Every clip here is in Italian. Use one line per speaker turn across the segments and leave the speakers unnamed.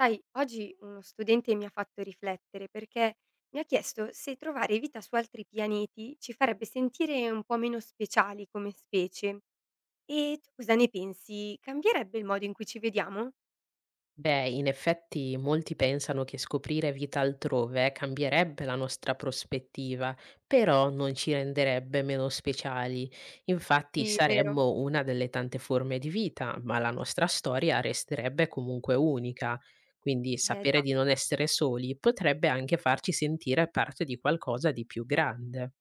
Sai, oggi uno studente mi ha fatto riflettere perché mi ha chiesto se trovare vita su altri pianeti ci farebbe sentire un po' meno speciali come specie. E tu cosa ne pensi? Cambierebbe il modo in cui ci vediamo?
Beh, in effetti molti pensano che scoprire vita altrove cambierebbe la nostra prospettiva, però non ci renderebbe meno speciali. Infatti
Sì, vero.
saremmo una delle tante forme di vita, ma la nostra storia resterebbe comunque unica. Quindi
Eh
sapere
già.
di non essere soli potrebbe anche farci sentire parte di qualcosa di più grande.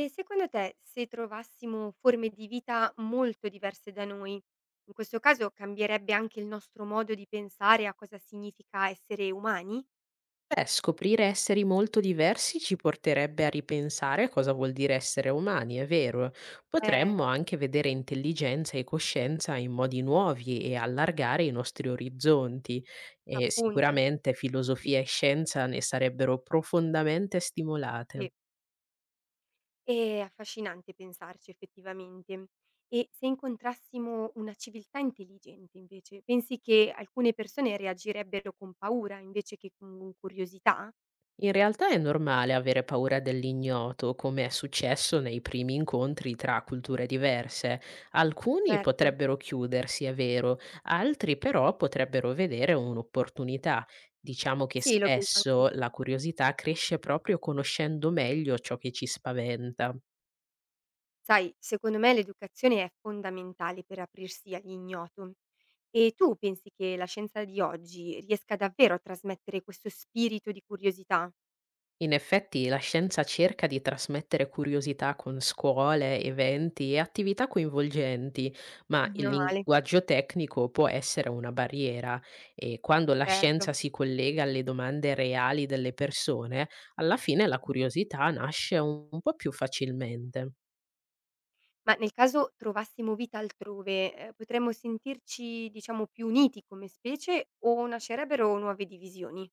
E secondo te, se trovassimo forme di vita molto diverse da noi, in questo caso cambierebbe anche il nostro modo di pensare a cosa significa essere umani?
Beh, scoprire esseri molto diversi ci porterebbe a ripensare a cosa vuol dire essere umani, è vero. Potremmo
Eh,
anche vedere intelligenza e coscienza in modi nuovi e allargare i nostri orizzonti e
appunto.
sicuramente filosofia e scienza ne sarebbero profondamente stimolate.
Sì. È affascinante pensarci effettivamente. E se incontrassimo una civiltà intelligente invece, pensi che alcune persone reagirebbero con paura invece che con curiosità?
In realtà è normale avere paura dell'ignoto, come è successo nei primi incontri tra culture diverse. Alcuni
Certo,
potrebbero chiudersi, è vero, altri però potrebbero vedere un'opportunità. Diciamo che
sì, lo penso anch'io.
spesso la curiosità cresce proprio conoscendo meglio ciò che ci spaventa.
Sai, secondo me l'educazione è fondamentale per aprirsi all'ignoto. E tu pensi che la scienza di oggi riesca davvero a trasmettere questo spirito di curiosità?
In effetti la scienza cerca di trasmettere curiosità con scuole, eventi e attività coinvolgenti, ma il
Meno male,
linguaggio tecnico può essere una barriera e quando la
certo.
scienza si collega alle domande reali delle persone, alla fine la curiosità nasce un po' più facilmente.
Ma nel caso trovassimo vita altrove, potremmo sentirci, diciamo, più uniti come specie o nascerebbero nuove divisioni?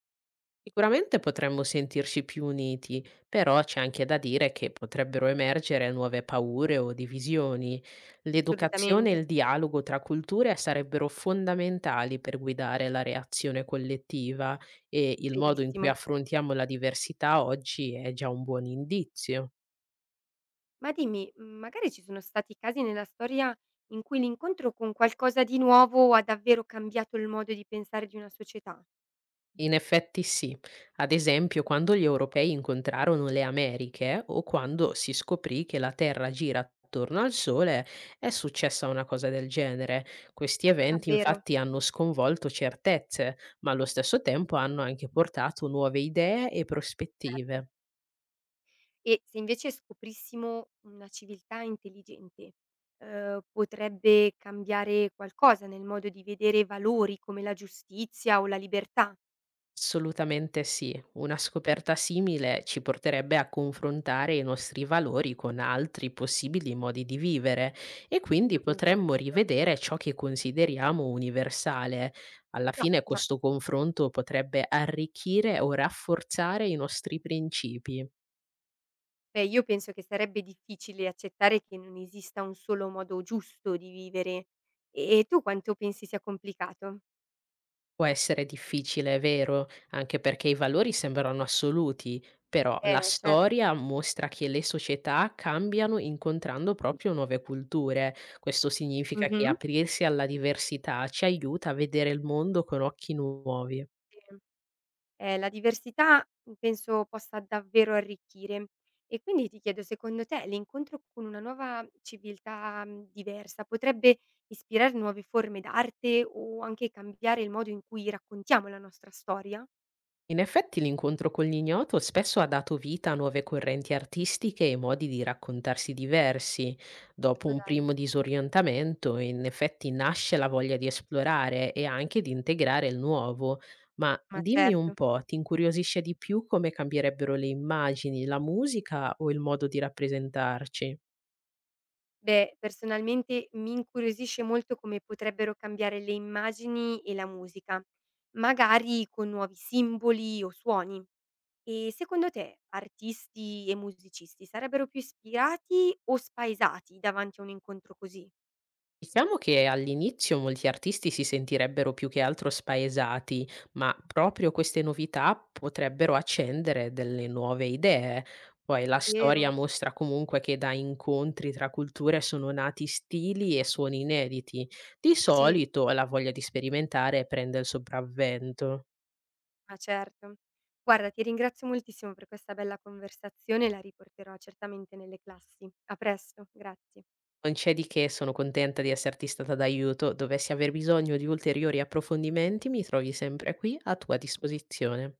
Sicuramente potremmo sentirci più uniti, però c'è anche da dire che potrebbero emergere nuove paure o divisioni. L'educazione e
Assolutamente,
il dialogo tra culture sarebbero fondamentali per guidare la reazione collettiva e il modo in cui
verissimo.
affrontiamo la diversità oggi è già un buon indizio.
Ma dimmi, magari ci sono stati casi nella storia in cui l'incontro con qualcosa di nuovo ha davvero cambiato il modo di pensare di una società?
In effetti sì. Ad esempio, quando gli europei incontrarono le Americhe o quando si scoprì che la Terra gira attorno al Sole, è successa una cosa del genere. Questi
Ah,
eventi
vero,
infatti hanno sconvolto certezze, ma allo stesso tempo hanno anche portato nuove idee e
certo.
prospettive.
E se invece scoprissimo una civiltà intelligente, potrebbe cambiare qualcosa nel modo di vedere valori come la giustizia o la libertà?
Assolutamente sì. Una scoperta simile ci porterebbe a confrontare i nostri valori con altri possibili modi di vivere e quindi
Lo penso
potremmo
anch'io.
rivedere ciò che consideriamo universale. Alla
Già,
fine
già.
questo confronto potrebbe arricchire o rafforzare i nostri principi.
Beh, io penso che sarebbe difficile accettare che non esista un solo modo giusto di vivere. E tu quanto pensi sia complicato?
Può essere difficile, è vero, anche perché i valori sembrano assoluti, però la
Cer
storia mostra che le società cambiano incontrando proprio nuove culture. Questo significa che
mh-mh.
aprirsi alla diversità ci aiuta a vedere il mondo con occhi nuovi.
Sì. La diversità, penso possa davvero arricchire. E quindi ti chiedo, secondo te l'incontro con una nuova civiltà, diversa potrebbe ispirare nuove forme d'arte o anche cambiare il modo in cui raccontiamo la nostra storia?
In effetti l'incontro con l'ignoto spesso ha dato vita a nuove correnti artistiche e modi di raccontarsi diversi. Dopo
Ma
un
dai.
primo disorientamento, in effetti nasce la voglia di esplorare e anche di integrare il nuovo. Ma
Ma
dimmi un
certo.
po', ti incuriosisce di più come cambierebbero le immagini, la musica o il modo di rappresentarci?
Beh, personalmente mi incuriosisce molto come potrebbero cambiare le immagini e la musica, magari con nuovi simboli o suoni. E secondo te artisti e musicisti sarebbero più ispirati o spaesati davanti a un incontro così?
Diciamo che all'inizio molti artisti si sentirebbero più che altro spaesati, ma proprio queste novità potrebbero accendere delle nuove idee. Poi la
Vero?
storia mostra comunque che da incontri tra culture sono nati stili e suoni inediti. Di
Sì,
solito la voglia di sperimentare prende il sopravvento.
ma certo. Guarda, ti ringrazio moltissimo per questa bella conversazione e la riporterò certamente nelle classi. A presto, grazie.
Non c'è di che, sono contenta di esserti stata d'aiuto. Dovessi aver bisogno di ulteriori approfondimenti, mi trovi sempre qui a tua disposizione.